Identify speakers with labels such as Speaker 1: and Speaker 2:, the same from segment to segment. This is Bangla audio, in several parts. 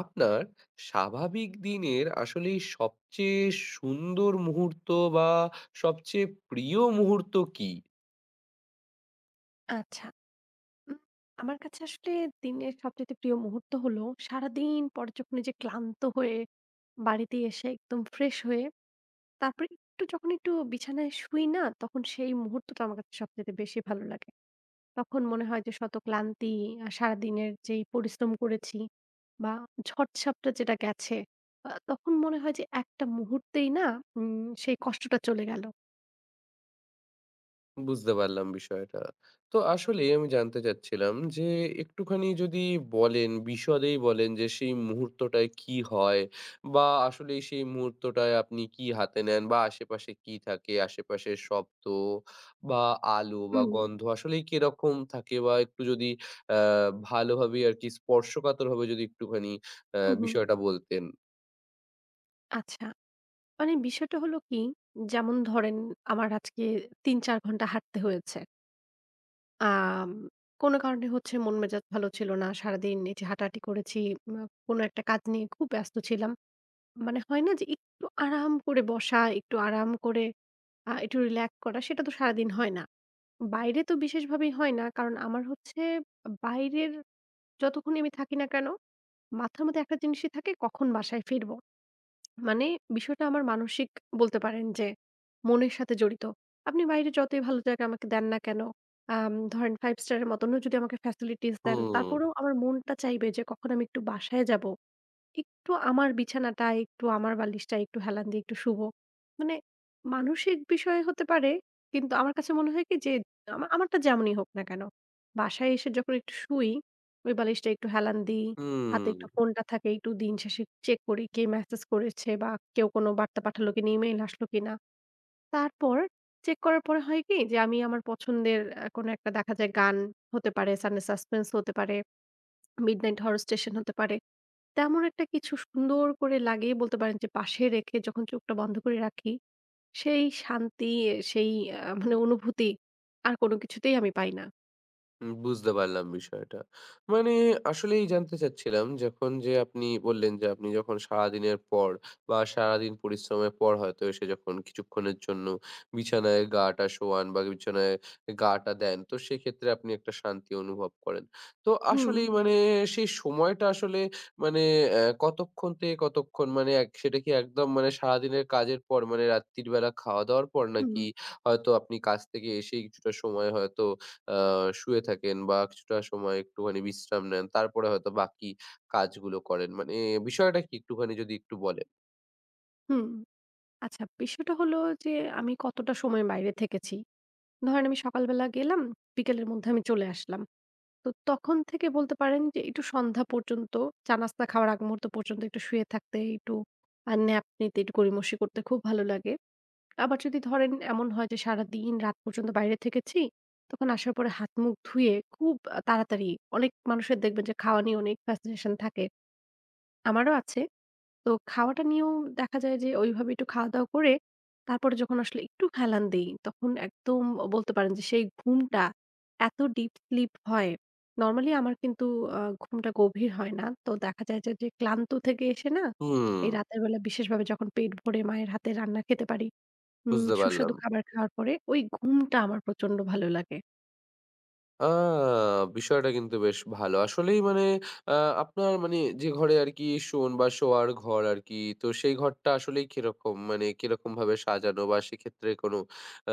Speaker 1: আপনার স্বাভাবিক দিনের আসলে সবচেয়ে সুন্দর মুহূর্ত বা সবচেয়ে প্রিয় মুহূর্ত কি?
Speaker 2: আচ্ছা। উম আমার কাছে আসলে দিনের সবচাইতে প্রিয় মুহূর্ত হলো সারাদিন পরে যখন এই যে ক্লান্ত হয়ে বাড়িতে এসে একদম ফ্রেশ হয়ে তারপরে একটু যখন একটু বিছানায় শুই না তখন সেই মুহূর্তটা আমার কাছে সবচাইতে বেশি ভালো লাগে। তখন মনে হয় যে শত ক্লান্তি আর সারাদিনের যেই পরিশ্রম করেছি বা ঝড়-ঝাপটা যেটা গেছে, তখন মনে হয় যে একটা মুহূর্তেই না সেই কষ্টটা চলে গেল।
Speaker 1: বুঝতে পারলাম বিষয়টা। তো আসলেই আমি জানতে চাচ্ছিলাম যে একটুখানি যদি বলেন, বিশদেই বলেন যে সেই মুহূর্তটায় কি হয়? বা আসলেই সেই মুহূর্তটায় আপনি কি হাতে নেন? বা আশেপাশে কি থাকে? আশেপাশের শব্দ বা আলো বা
Speaker 2: হুম,
Speaker 1: গন্ধ আসলেই কিরকম থাকে? বা একটু যদি আ ভালোভাবেই আরকি স্পর্শকাতরভাবে যদি একটুখানি
Speaker 2: হু, হু।
Speaker 1: বিষয়টা বলতেন।
Speaker 2: আচ্ছা। মানে বিষয়টা হলো কি, যেমন ধরেন আমার আজকে ৩-৪ ঘন্টা হাঁটতে হয়েছে। আম কোনো কারণে হচ্ছে মন মেজাজ ভালো ছিল না। সারাদিন এই যে হাঁটাহাঁটি করেছি, উম কোনো একটা কাজ নিয়ে খুব ব্যস্ত ছিলাম। মানে হয় না যে একটু আরাম করে বসা, একটু আরাম করে একটু রিল্যাক্স করা, সেটা তো সারাদিন হয় না। বাইরে তো বিশেষভাবেই হয় না। কারণ আমার হচ্ছে বাইরের যতক্ষণই আমি থাকি না কেন, মাথার মধ্যে একটা জিনিসই থাকে কখন বাসায় ফিরব। মানে বিষয়টা আমার মানসিক, বলতে পারেন যে মনের সাথে জড়িত। আপনি বাইরে যতই ভালো জায়গা আমাকে দেন না কেন, ধরেন ৫ স্টার এর মতনও যদি আমাকে ফ্যাসিলিটিস দেন,
Speaker 1: হুম।
Speaker 2: তারপরেও আমার মনটা চাইবে যে কখন আমি একটু বাসায় যাব। একটু আমার বিছানাটা, একটু আমার বালিশটা, একটু হেলান দিয়ে একটু শুব। মানে মানসিক বিষয় হতে পারে, কিন্তু আমার কাছে মনে হয় কি যে আমারটা যেমনই হোক না কেন, বাসায় এসে যখন একটু শুই, ওই বালিশটা একটু হেলান দিই, হাতে
Speaker 1: হুম।
Speaker 2: একটু ফোনটা থাকে, একটু দিন শেষে চেক করি কে মেসেজ করেছে বা কেউ কোনো বার্তা পাঠালো কিনা, ইমেইল আসলো কিনা। তারপর চেক করার পরে হয় কি যে আমি আমার পছন্দের কোনো একটা দেখা যায় গান হতে পারে, সানডে সাসপেন্স হতে পারে, মিডনাইট হরর স্টেশন হতে পারে। তেমন একটা কিছু সুন্দর করে লাগিয়ে, বলতে পারেন যে পাশে রেখে যখন চোখটা বন্ধ করে রাখি, সেই শান্তি, সেই মানে অনুভূতি আর কোনো কিছুতেই আমি পাই না।
Speaker 1: বুঝতে পারলাম বিষয়টা। মানে আসলেই জানতে চাচ্ছিলাম যখন যে আপনি বললেন যে আপনি যখন সারাদিনের পর বা সারাদিন পরিশ্রমের পর হয়তো এসে যখন কিছুক্ষণের জন্য বিছানায় গাটা শোয়ান বা বিছানায় গাটা দেন, তো সেক্ষেত্রে আপনি একটা শান্তি অনুভব করেন। তো
Speaker 2: হুম,
Speaker 1: আসলেই মানে সেই সময়টা আসলে মানে কতক্ষণ থেকে কতক্ষণ? মানে সেটা কি একদম মানে সারাদিনের কাজের পর মানে রাত্রির বেলা খাওয়া-দাওয়ার পর,
Speaker 2: হুম,
Speaker 1: নাকি হয়তো আপনি কাজ থেকে এসেই কিছুটা সময় হয়তো আ শুয়ে থাকেন বা কিছুটা সময় একটুখানি বিশ্রাম নেন। তারপরে হয়তো বাকি কাজগুলো করেন। মানে বিষয়টা কি একটুখানি যদি একটু বলেন?
Speaker 2: হুম। আচ্ছা, বিষয়টা হলো যে আমি কতটা সময় বাইরে থেকেছি। ধরেন আমি সকালবেলা গেলাম, বিকেলের মধ্যে আমি চলে আসলাম। তো তখন থেকে বলতে পারেন যে একটু সন্ধ্যা পর্যন্ত, চা নাস্তা খাওয়ার আগ মুহূর্ত পর্যন্ত একটু শুয়ে থাকতে, একটু ন্যাপ নিতে, একটু গড়িমসি করতে খুব ভালো লাগে। আবার যদি ধরেন এমন হয় যে সারাদিন রাত পর্যন্ত বাইরে থেকেছি, তখন আসার পরে হাত-মুখ ধুয়ে খুব তাড়াতাড়ি, অনেক মানুষের দেখবেন যে খাওয়া নিয়ে অনেক ফ্যাসিনেশন থাকে। আমারও আছে। তো খাওয়াটা নিয়েও দেখা যায় যে ওইভাবে একটু খাওয়া-দাওয়া করে তারপরে যখন আসলে একটু হেলান দেই তখন একদম বলতে পারেন যে সেই ঘুমটা এত ডিপ স্লিপ হয়। নরমালি আমার কিন্তু ঘুমটা গভীর হয় না। তো দেখা যায় যে, যে ক্লান্ত থেকে এসে না
Speaker 1: হুম,
Speaker 2: এই রাতের বেলা বিশেষভাবে যখন পেট ভরে মায়ের হাতের রান্না খেতে পারি,
Speaker 1: বুঝতে পারলাম।
Speaker 2: সুস্বাদু খাবার খাওয়ার পরে ওই ঘুমটা আমার প্রচন্ড ভালো লাগে।
Speaker 1: আ বিষয়টা কিন্তু বেশ ভালো। আসলেই মানে আ আপনার মানে যে ঘরে আরকি শোন বা শোয়ার ঘর আরকি, তো সেই ঘরটা আসলেই কিরকম? মানে কিরকমভাবে সাজানো, বা সেক্ষেত্রে কোনো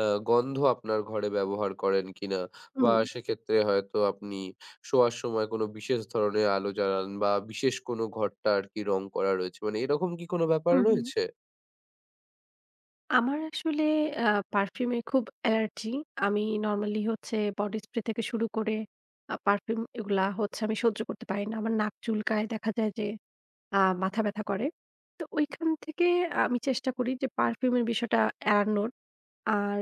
Speaker 1: আ গন্ধ আপনার ঘরে ব্যবহার করেন কিনা? বা
Speaker 2: হুম,
Speaker 1: সেক্ষেত্রে হয়তো আপনি শোয়ার সময় কোনো বিশেষ ধরনের আলো জ্বালান, বা বিশেষ কোনো ঘরটা আরকি রং করা রয়েছে। মানে এরকম কি কোনো ব্যাপার
Speaker 2: হুম, হুম।
Speaker 1: রয়েছে?
Speaker 2: আমার আসলে আ পারফিউমে খুব অ্যালার্জি। আমি নরমালি হচ্ছে বডি স্প্রে থেকে শুরু করে পারফিউম এগুলা হচ্ছে আমি সহ্য করতে পারি না। আমার নাক চুলকায়, দেখা যায় যে মাথা ব্যথা করে। তো ওইখান থেকে আমি চেষ্টা করি যে পারফিউমের বিষয়টা এড়ানোর। আর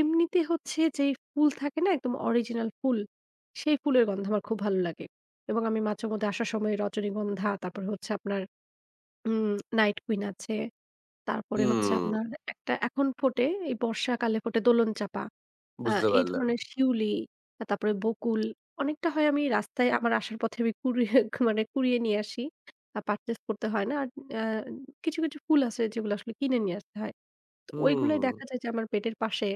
Speaker 2: এমনিতে হচ্ছে যেই ফুল থাকে না একদম অরিজিনাল ফুল, সেই ফুলের গন্ধ আমার খুব ভালো লাগে। এবং আমি মাঝে মধ্যে আসার সময় রজনীগন্ধা, তারপরে হচ্ছে আপনার উম নাইট কুইন আছে। তারপরে হচ্ছে
Speaker 1: হুম,
Speaker 2: আপনার একটা এখন ফোটে, এই বর্ষাকালে ফোটে দোলন চাঁপা। আ
Speaker 1: বুঝতে
Speaker 2: এই
Speaker 1: পারলাম।
Speaker 2: ধরনের শিউলি, তারপরে বকুল অনেকটা হয়, আমি রাস্তায় আমার আসার পথে আমি কুড়িয়ে মানে কুড়িয়ে নিয়ে আসি। পারচেজ করতে হয় না। আর আ কিছু, কিছু ফুল আছে যেগুলো আসলে কিনে নিয়ে আসতে হয়।
Speaker 1: হুম।
Speaker 2: ওইগুলাই দেখা যায় যে আমার বেডের পাশে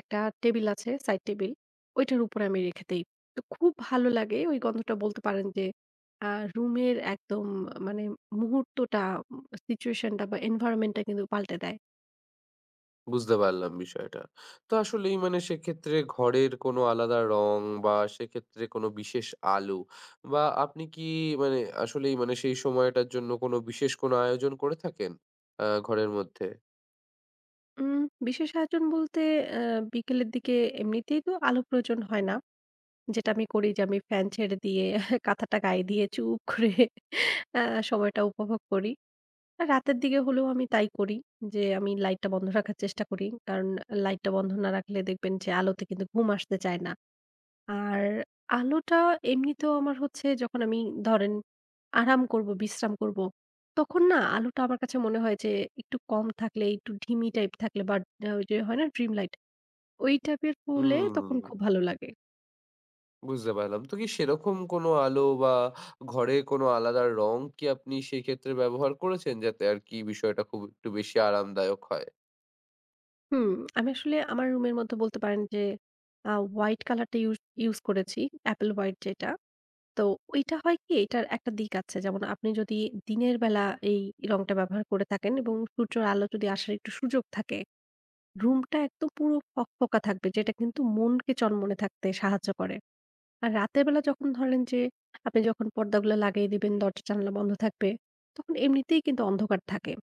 Speaker 2: একটা টেবিল আছে, সাইড টেবিল। ওইটার উপরে আমি রেখে দেই। তো খুব ভালো লাগে ওই গন্ধটা, বলতে পারেন যে আ রুমের একদম মানে মুহূর্তটা, সিচুয়েশন টা বা এনভায়রনমেন্ট টা কিন্তু পাল্টে দেয়।
Speaker 1: বুঝতে পারলাম বিষয়টা। তো আসলেই মানে সেক্ষেত্রে ঘরের কোনো আলাদা রং বা সেক্ষেত্রে কোনো বিশেষ আলো, বা আপনি কি মানে আসলেই মানে সেই সময়টার জন্য কোনো বিশেষ কোনো আয়োজন করে থাকেন? ঘরের মধ্যে?
Speaker 2: উম বিশেষ আয়োজন বলতে আ বিকেলের দিকে এমনিতেই তো আলো প্রয়োজন হয় না। যেটা আমি করি যে আমি ফ্যান ছেড়ে দিয়ে কাঁথাটা গায়ে দিয়ে চুপ করে আ সময়টা উপভোগ করি। রাতের দিকে হলেও আমি তাই করি যে আমি লাইটটা বন্ধ রাখার চেষ্টা করি। কারণ লাইটটা বন্ধ না রাখলে দেখবেন যে আলোতে কিন্তু ঘুম আসতে চায় না। আর আলোটা এমনিতেও আমার হচ্ছে যখন আমি, ধরেন, আরাম করব, বিশ্রাম করব, তখন না আলোটা আমার কাছে মনে হয় যে একটু কম থাকলে, একটু ঢিমি টাইপ থাকলে, বা ওই যে হয় না ড্রিম লাইট, ওই টাইপের হলে তখন
Speaker 1: হুম,
Speaker 2: খুব ভালো লাগে।
Speaker 1: বুঝতে পারলাম। তো কি সেরকম কোনো আলো বা ঘরে কোনো আলাদা রং কি আপনি সেক্ষেত্রে ব্যবহার করেছেন? যাতে আর কি বিষয়টা খুব একটু বেশি আরামদায়ক হয়?
Speaker 2: হুম, আমি আসলে আমার রুমের মধ্যে বলতে পারেন যে হোয়াইট কালারটা ইউজ ইউজ করেছি। অ্যাপল হোয়াইট যেটা। তো ওইটা হয় কি? এটার একটা দিক আছে। যেমন আপনি যদি দিনের বেলা এই রংটা ব্যবহার করে থাকেন এবং সূর্যের আলো যদি আসার একটু সুযোগ থাকে, রুমটা একদম পুরো ফকফকা থাকবে, যেটা কিন্তু মনকে চনমনে থাকতে সাহায্য করে। আর রাতের বেলা যখন ধরেন যে আপনি যখন পর্দাগুলা লাগিয়ে দিবেন, দরজা-জানালা বন্ধ থাকবে, তখন এমনিতেই কিন্তু অন্ধকার থাকে।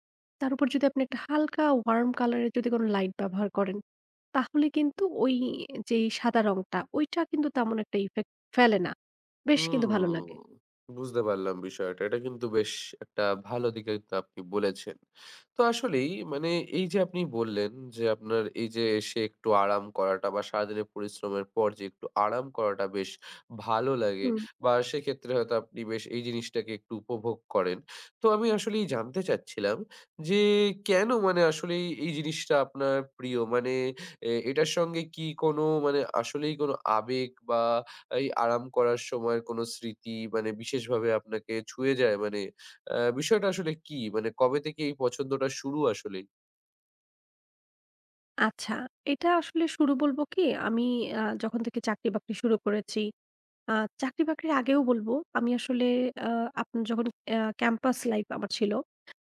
Speaker 2: তার উপর যদি আপনি একটা হালকা ওয়ার্ম কালার এর যদি কোনো লাইট ব্যবহার করেন, তাহলে কিন্তু ওই যেই সাদা রংটা, ওইটা কিন্তু তেমন একটা ইফেক্ট ফেলে না। বেশ কিন্তু ভালো
Speaker 1: হুম,
Speaker 2: লাগে।
Speaker 1: বুঝতে পারলাম বিষয়টা। এটা কিন্তু বেশ একটা ভালো দিকে কিন্তু আপনি বলেছেন। তো আসলেই মানে এই যে আপনি বললেন যে, আপনার এই যে এসে একটু আরাম করাটা বা সারাদিনের পরিশ্রমের পর যে একটু আরাম করাটা বেশ ভালো লাগে,
Speaker 2: হুম,
Speaker 1: বা সেক্ষেত্রে হয়তো আপনি বেশ এই জিনিসটাকে একটু উপভোগ করেন। তো আমি আসলেই জানতে চাচ্ছিলাম যে, কেন মানে আসলেই এই জিনিসটা আপনার প্রিয়? মানে এটার সঙ্গে কি কোনো মানে আসলেই কোনো আবেগ বা এই আরাম করার সময়ের কোনো স্মৃতি মানে বিশেষভাবে আপনাকে ছুঁয়ে যায়? মানে বিষয়টা আসলে কি? মানে কবে থেকে এই পছন্দটা শুরু আসলেই?
Speaker 2: আচ্ছা। এটা আসলে শুরু বলব কি, আমি যখন থেকে চাকরি-বাকরি শুরু করেছি, আ চাকরি-বাকরির আগেও বলব, আমি আসলে আ আপনার যখন ক্যাম্পাস লাইফ আমার ছিল,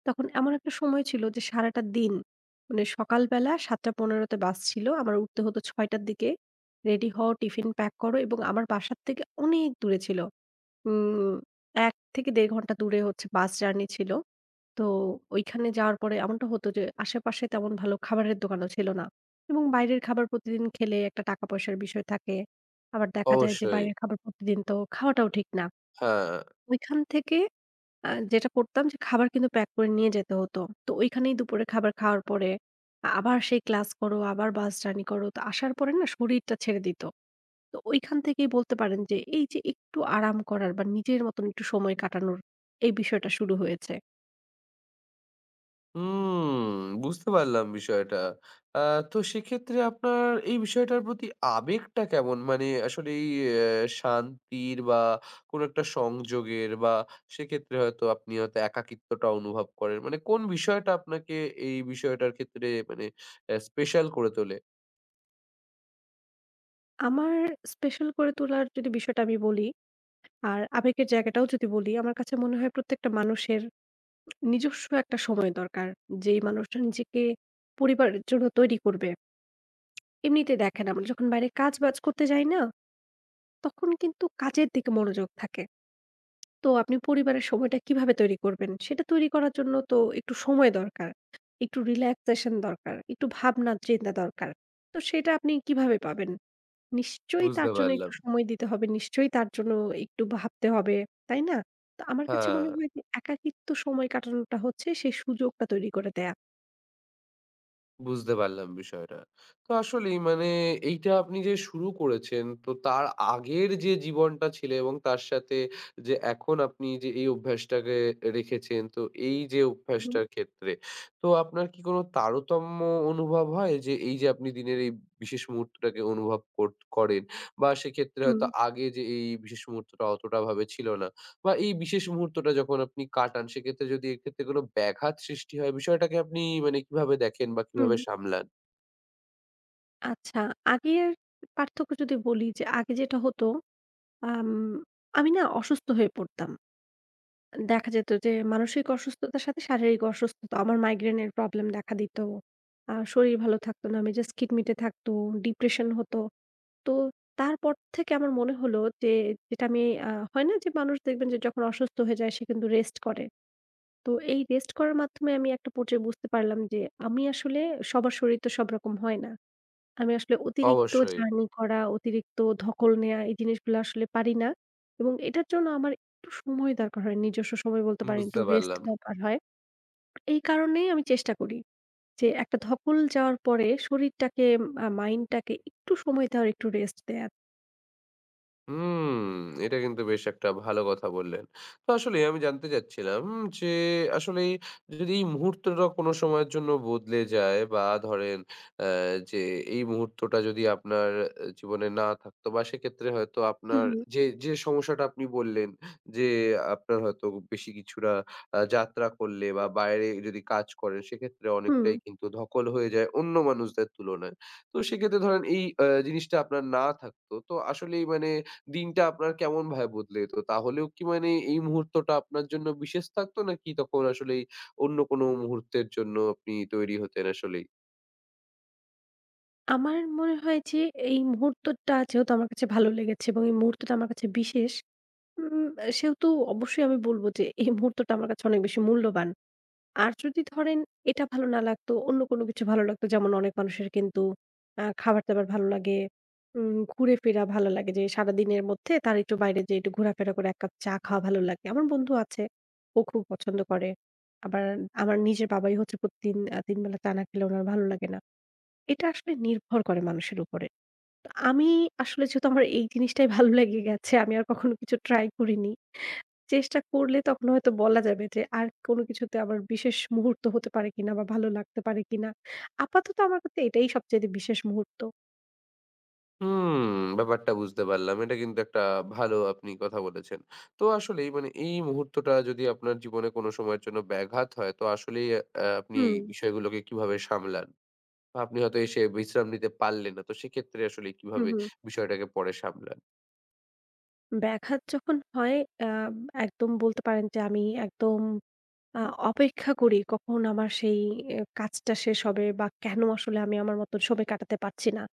Speaker 2: তখন এমন একটা সময় ছিল যে সারাটা দিন, মানে সকালবেলা ৭ঃ১৫ তে বাস ছিল। আমার উঠতে হতো ৬ঃ০০ র দিকে। রেডি হও, টিফিন প্যাক করো, এবং আমার বাসার থেকে অনেক দূরে ছিল। উম ১ থেকে ১.৫ ঘন্টা দূরে হচ্ছে বাস জার্নি ছিল। তো ঐখানে যাওয়ার পরে এমনটা হতো যে আশেপাশে তেমন ভালো খাবারের দোকানও ছিল না, এবং বাইরের খাবার প্রতিদিন খেলে একটা টাকা পয়সার বিষয় থাকে। আবার দেখা যায় যে
Speaker 1: অবশ্যই।
Speaker 2: বাইরের খাবার প্রতিদিন তো খাওয়াটাও ঠিক না।
Speaker 1: হ্যাঁ।
Speaker 2: ওইখান থেকে যেটা করতাম যে খাবার কিন্তু প্যাক করে নিয়ে যেতে হতো। তো ওইখানেই দুপুরে খাবার খাওয়ার পরে আবার সেই ক্লাস করো, আবার বাস জার্নি করো। তো আসার পরে না শরীরটা ছেড়ে দিত। তো ওইখান থেকেই বলতে পারেন যে এই যে একটু আরাম করার বা নিজের মতন একটু সময় কাটানোর এই বিষয়টা শুরু হয়েছে।
Speaker 1: হুম, বুঝতে পারলাম বিষয়টা। আ তো সেক্ষেত্রে আপনার এই বিষয়টার প্রতি আবেগটা কেমন? মানে আসলে এই শান্তির বা কোনো একটা সংযোগের, বা সেক্ষেত্রে হয়তো আপনি হয়তো একাকিত্বটা অনুভব করেন। মানে কোন বিষয়টা আপনাকে এই বিষয়টার ক্ষেত্রে মানে স্পেশাল করে তোলে?
Speaker 2: আমার স্পেশাল করে তোলার যদি বিষয়টা আমি বলি, আর আবেগের জায়গাটাও যদি বলি, আমার কাছে মনে হয় প্রত্যেকটা মানুষের নিজস্ব একটা সময় দরকার। যেই মানুষটা নিজেকে পরিবারের জন্য তৈরি করবে। এমনিতেই দেখেন আমরা যখন বাইরে কাজ-বাজ করতে যাই না, তখন কিন্তু কাজের দিকে মনোযোগ থাকে। তো আপনি পরিবারের সময়টা কিভাবে তৈরি করবেন? সেটা তৈরি করার জন্য তো একটু সময় দরকার, একটু রিল্যাক্সেশন দরকার, একটু ভাবনা চিন্তা দরকার। তো সেটা আপনি কিভাবে পাবেন? নিশ্চয়ই
Speaker 1: বুঝতে
Speaker 2: তার জন্য
Speaker 1: পারলাম।
Speaker 2: একটু সময় দিতে হবে। নিশ্চয়ই তার জন্য একটু ভাবতে হবে। তাই না? তো আমার কাছে
Speaker 1: হ্যাঁ,
Speaker 2: মনে হয় যে একাকিত্ব সময় কাটানোটা হচ্ছে সেই সুযোগটা তৈরি করে দেয়া।
Speaker 1: বুঝতে পারলাম বিষয়টা। তো আসলেই মানে এইটা আপনি যে শুরু করেছেন, তো তার আগের যে জীবনটা ছিল এবং তার সাথে যে এখন আপনি যে এই অভ্যাসটাকে রেখেছেন, তো এই যে
Speaker 2: হুম।
Speaker 1: অভ্যাসটার ক্ষেত্রে, তো আপনার কি কোনো তারতম্য অনুভব হয়? যে এই যে আপনি দিনের এই বিশেষ মুহূর্তটাকে অনুভব কোট করেন, বা সেক্ষেত্রে
Speaker 2: হুম,
Speaker 1: হয়তো আগে যে এই বিশেষ মুহূর্তটা অতটা ভাবে ছিল না। বা এই বিশেষ মুহূর্তটা যখন আপনি কাটান, সেক্ষেত্রে যদি এক্ষেত্রে কোনো ব্যাঘাত সৃষ্টি হয়, বিষয়টাকে আপনি মানে কিভাবে দেখেন বা
Speaker 2: হুম।
Speaker 1: কিভাবে সামলান?
Speaker 2: আচ্ছা, আগের পার্থক্য যদি বলি, যে আগে যেটা হতো, আম আমি না অসুস্থ হয়ে পড়তাম। দেখা যেত যে মানসিক অসুস্থতার সাথে শারীরিক অসুস্থতা। আমার মাইগ্রেনের প্রবলেম দেখা দিত। শরীর ভালো থাকতো না। মেজাজ খিটমিটে থাকতো, ডিপ্রেশন হতো। তো তারপর থেকে আমার মনে হলো যে, যেটা আমি হয় না যে মানুষ দেখবেন যে যখন অসুস্থ হয়ে যায় সে কিন্তু রেস্ট করে। তো এই রেস্ট করার মাধ্যমে আমি একটা পর্যায়ে বুঝতে পারলাম যে আমি আসলে, সবার শরীর তো সব রকম হয় না। আমি আসলে অতিরিক্ত
Speaker 1: অবশ্যই।
Speaker 2: জার্নি করা, অতিরিক্ত ধকল নেয়া এই জিনিসগুলো আসলে পারি না। এবং এটার জন্য আমার একটু সময় দরকার হয়। নিজস্ব সময় বলতে পারেন
Speaker 1: বুঝতে
Speaker 2: একটু রেস্ট
Speaker 1: পারলাম।
Speaker 2: দরকার হয়। এই কারণেই আমি চেষ্টা করি যে একটা ধকল যাওয়ার পরে শরীরটাকে মাইন্ডটাকে একটু সময় দেওয়ার, একটু রেস্ট দেয়ার।
Speaker 1: হুম, এটা কিন্তু বেশ একটা ভালো কথা বললেন। তো আসলেই আমি জানতে চাচ্ছিলাম যে, আসলেই যদি এই মুহূর্তটা কোনো সময়ের জন্য বদলে যায়, বা ধরেন যে এই মুহূর্তটা যদি আপনার জীবনে না থাকতো, বা সেক্ষেত্রে হয়তো
Speaker 2: হু,
Speaker 1: আপনার
Speaker 2: হু।
Speaker 1: যে যে সমস্যাটা আপনি বললেন যে আপনার হয়তো বেশি কিছুটা যাত্রা করলে বা বাইরে যদি কাজ করেন, সেক্ষেত্রে
Speaker 2: হুম,
Speaker 1: অনেকটাই কিন্তু ধকল হয়ে যায় অন্য মানুষদের তুলনায়। তো সেক্ষেত্রে ধরেন এই জিনিসটা আপনার না থাকতো, তো আসলেই মানে দিনটা আপনার কেমন ভাবে বদলে যেত? তাহলেও কি মানে এই মুহূর্তটা আপনার জন্য বিশেষ থাকতো, নাকি তখন আসলেই অন্য কোনো মুহূর্তের জন্য আপনি তৈরি হতেন আসলেই?
Speaker 2: আমার মনে হয় যে এই মুহূর্তটা যেহেতু আমার কাছে ভালো লেগেছে এবং এই মুহূর্তটা আমার কাছে বিশেষ, উম সেহেতু অবশ্যই আমি বলব যে এই মুহূর্তটা আমার কাছে অনেক বেশি মূল্যবান। আর যদি ধরেন এটা ভালো না লাগতো, অন্য কোনো কিছু ভালো লাগতো, যেমন অনেক মানুষের কিন্তু খাবার-দাবার ভালো লাগে, ঘুরে-ফেরা ভালো লাগে যে সারাদিনের মধ্যে তার একটু বাইরে যেয়ে একটু ঘোরাফেরা করে ১ কাপ চা খাওয়া ভালো লাগে। আমার বন্ধু আছে, ও খুব পছন্দ করে। আবার আমার নিজের বাবাই হচ্ছে প্রতিদিন ৩ বেলা চা না খেলে উনার ভালো লাগে না। এটা আসলে নির্ভর করে মানুষের উপরে। তো আমি আসলে, যেহেতু আমার এই জিনিসটাই ভালো লেগে গেছে, আমি আর কখনো কিছু ট্রাই করিনি। চেষ্টা করলে তখন হয়তো বলা যাবে যে আর কোনো কিছুতে আমার বিশেষ মুহূর্ত হতে পারে কিনা বা ভালো লাগতে পারে কিনা। আপাতত আমার কাছে এটাই সবচাইতে বিশেষ মুহূর্ত।
Speaker 1: হুম, ব্যাপারটা বুঝতে পারলাম। এটা কিন্তু একটা ভালো আপনি কথা বলেছেন। তো আসলেই মানে এই মুহূর্তটা যদি আপনার জীবনে কোনো সময়ের জন্য ব্যাঘাত হয়, তো আসলেই আপনি এই
Speaker 2: হুম,
Speaker 1: বিষয়গুলোকে কিভাবে সামলান? বা আপনি হয়তো এসে বিশ্রাম নিতে পারলেন না, তো সেক্ষেত্রে আসলে
Speaker 2: হুম,
Speaker 1: কিভাবে
Speaker 2: হুম।
Speaker 1: বিষয়টাকে পরে সামলান?
Speaker 2: ব্যাঘাত যখন হয় আ একদম বলতে পারেন যে আমি একদম আ অপেক্ষা করি কখন আমার সেই কাজটা শেষ হবে, বা কেন আসলে আমি আমার মতন সময় কাটাতে পারছি না।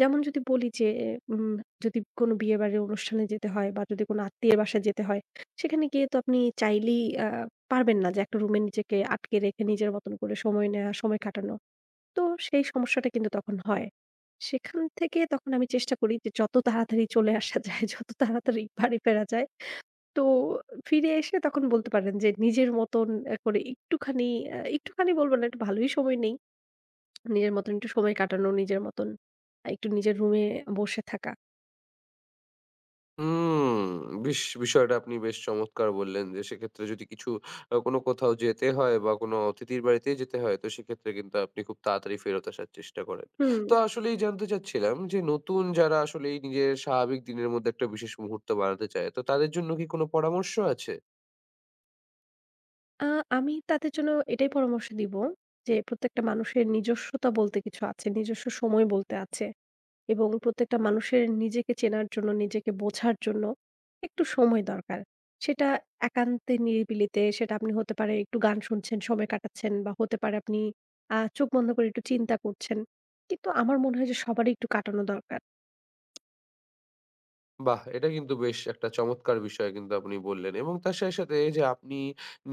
Speaker 2: যেমন যদি বলি যে উম যদি কোনো বিয়েবাড়ির অনুষ্ঠানে যেতে হয় বা যদি কোনো আত্মীয়ের বাসায় যেতে হয়, সেখানে গিয়ে তো আপনি চাইলেই পারবেন না যে একটা রুমে নিজেকে আটকে রেখে নিজের মতন করে সময় নেওয়া, সময় কাটানো। তো সেই সমস্যাটা কিন্তু তখন হয়। সেখান থেকে তখন আমি চেষ্টা করি যে যত তাড়াতাড়ি চলে আসা যায়, যত তাড়াতাড়ি বাড়ি ফেরা যায়। তো ফিরে এসে তখন বলতে পারেন যে নিজের মতন করে একটুখানি বলব না, একটু ভালোই সময় নেই। নিজের মতন একটু সময় কাটানো, নিজের মতন একটু নিজের রুমে বসে থাকা।
Speaker 1: হুম, বিষয়টা আপনি বেশ চমৎকার বললেন, যে সেক্ষেত্রে যদি কিছু কোনো কোথাও যেতে হয় বা কোনো অতিথির বাড়িতেই যেতে হয়, তো সেক্ষেত্রে কিন্তু আপনি খুব তাড়াতাড়ি ফেরত আসার চেষ্টা করেন।
Speaker 2: হুম,
Speaker 1: তো আসলেই জানতে চাচ্ছিলাম, যে নতুন যারা আসলে এই নিজের স্বাভাবিক দিনের মধ্যে একটা বিশেষ মুহূর্ত বানাতে চায়, তো তাদের জন্য কি কোনো পরামর্শ আছে?
Speaker 2: আ আমি তাদের জন্য এটাই পরামর্শ দিব যে প্রত্যেকটা মানুষের নিজস্বতা বলতে কিছু আছে, নিজস্ব সময় বলতে আছে, এবং প্রত্যেকটা মানুষের নিজেকে চেনার জন্য, নিজেকে বোঝার জন্য একটু সময় দরকার। সেটা একান্তে নিরিবিলিতে, সেটা আপনি হতে পারে একটু গান শুনছেন, সময় কাটাচ্ছেন, বা হতে পারে আপনি চোখ বন্ধ করে একটু চিন্তা করছেন। কিন্তু আমার মনে হয় যে সবারই একটু কাটানো দরকার।
Speaker 1: বাহ! এটা কিন্তু বেশ একটা চমৎকার বিষয় কিন্তু আপনি বললেন, এবং তার সাথে, সাথে এই যে আপনি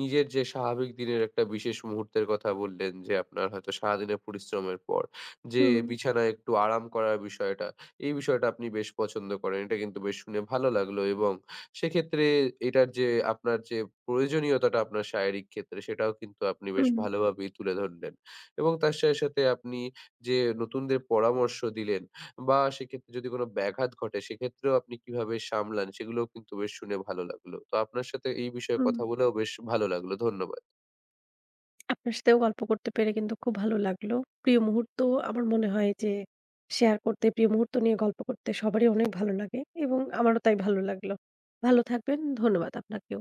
Speaker 1: নিজের যে স্বাভাবিক দিনের একটা বিশেষ মুহূর্তের কথা বললেন যে, আপনার হয়তো সারাদিনের পরিশ্রমের পর যে
Speaker 2: হুম,
Speaker 1: বিছানায় একটু আরাম করার বিষয়টা, এই বিষয়টা আপনি বেশ পছন্দ করেন। এটা কিন্তু বেশ শুনে ভালো লাগলো, এবং সেক্ষেত্রে এটার যে আপনার যে প্রয়োজনীয়তাটা আপনার শারীরিক ক্ষেত্রে, সেটাও কিন্তু আপনি বেশ
Speaker 2: হুম,
Speaker 1: ভালোভাবেই তুলে ধরলেন, এবং তার সাথে, সাথে আপনি যে নতুনদের পরামর্শ দিলেন বা সেক্ষেত্রে যদি কোনো ব্যাঘাত ঘটে সেক্ষেত্রেও আপনি কিভাবে সামলান, সেগুলোও কিন্তু বেশ শুনে ভালো লাগলো। তো আপনার সাথে এই বিষয়ে
Speaker 2: হুম।
Speaker 1: কথা বলেও বেশ ভালো লাগলো। ধন্যবাদ।
Speaker 2: আপনার সাথেও গল্প করতে পেরে কিন্তু খুব ভালো লাগলো। প্রিয় মুহূর্ত, আমার মনে হয় যে শেয়ার করতে, প্রিয় মুহূর্ত নিয়ে গল্প করতে সবারই অনেক ভালো লাগে, এবং আমারও তাই ভালো লাগলো। ভালো থাকবেন। ধন্যবাদ আপনাকেও।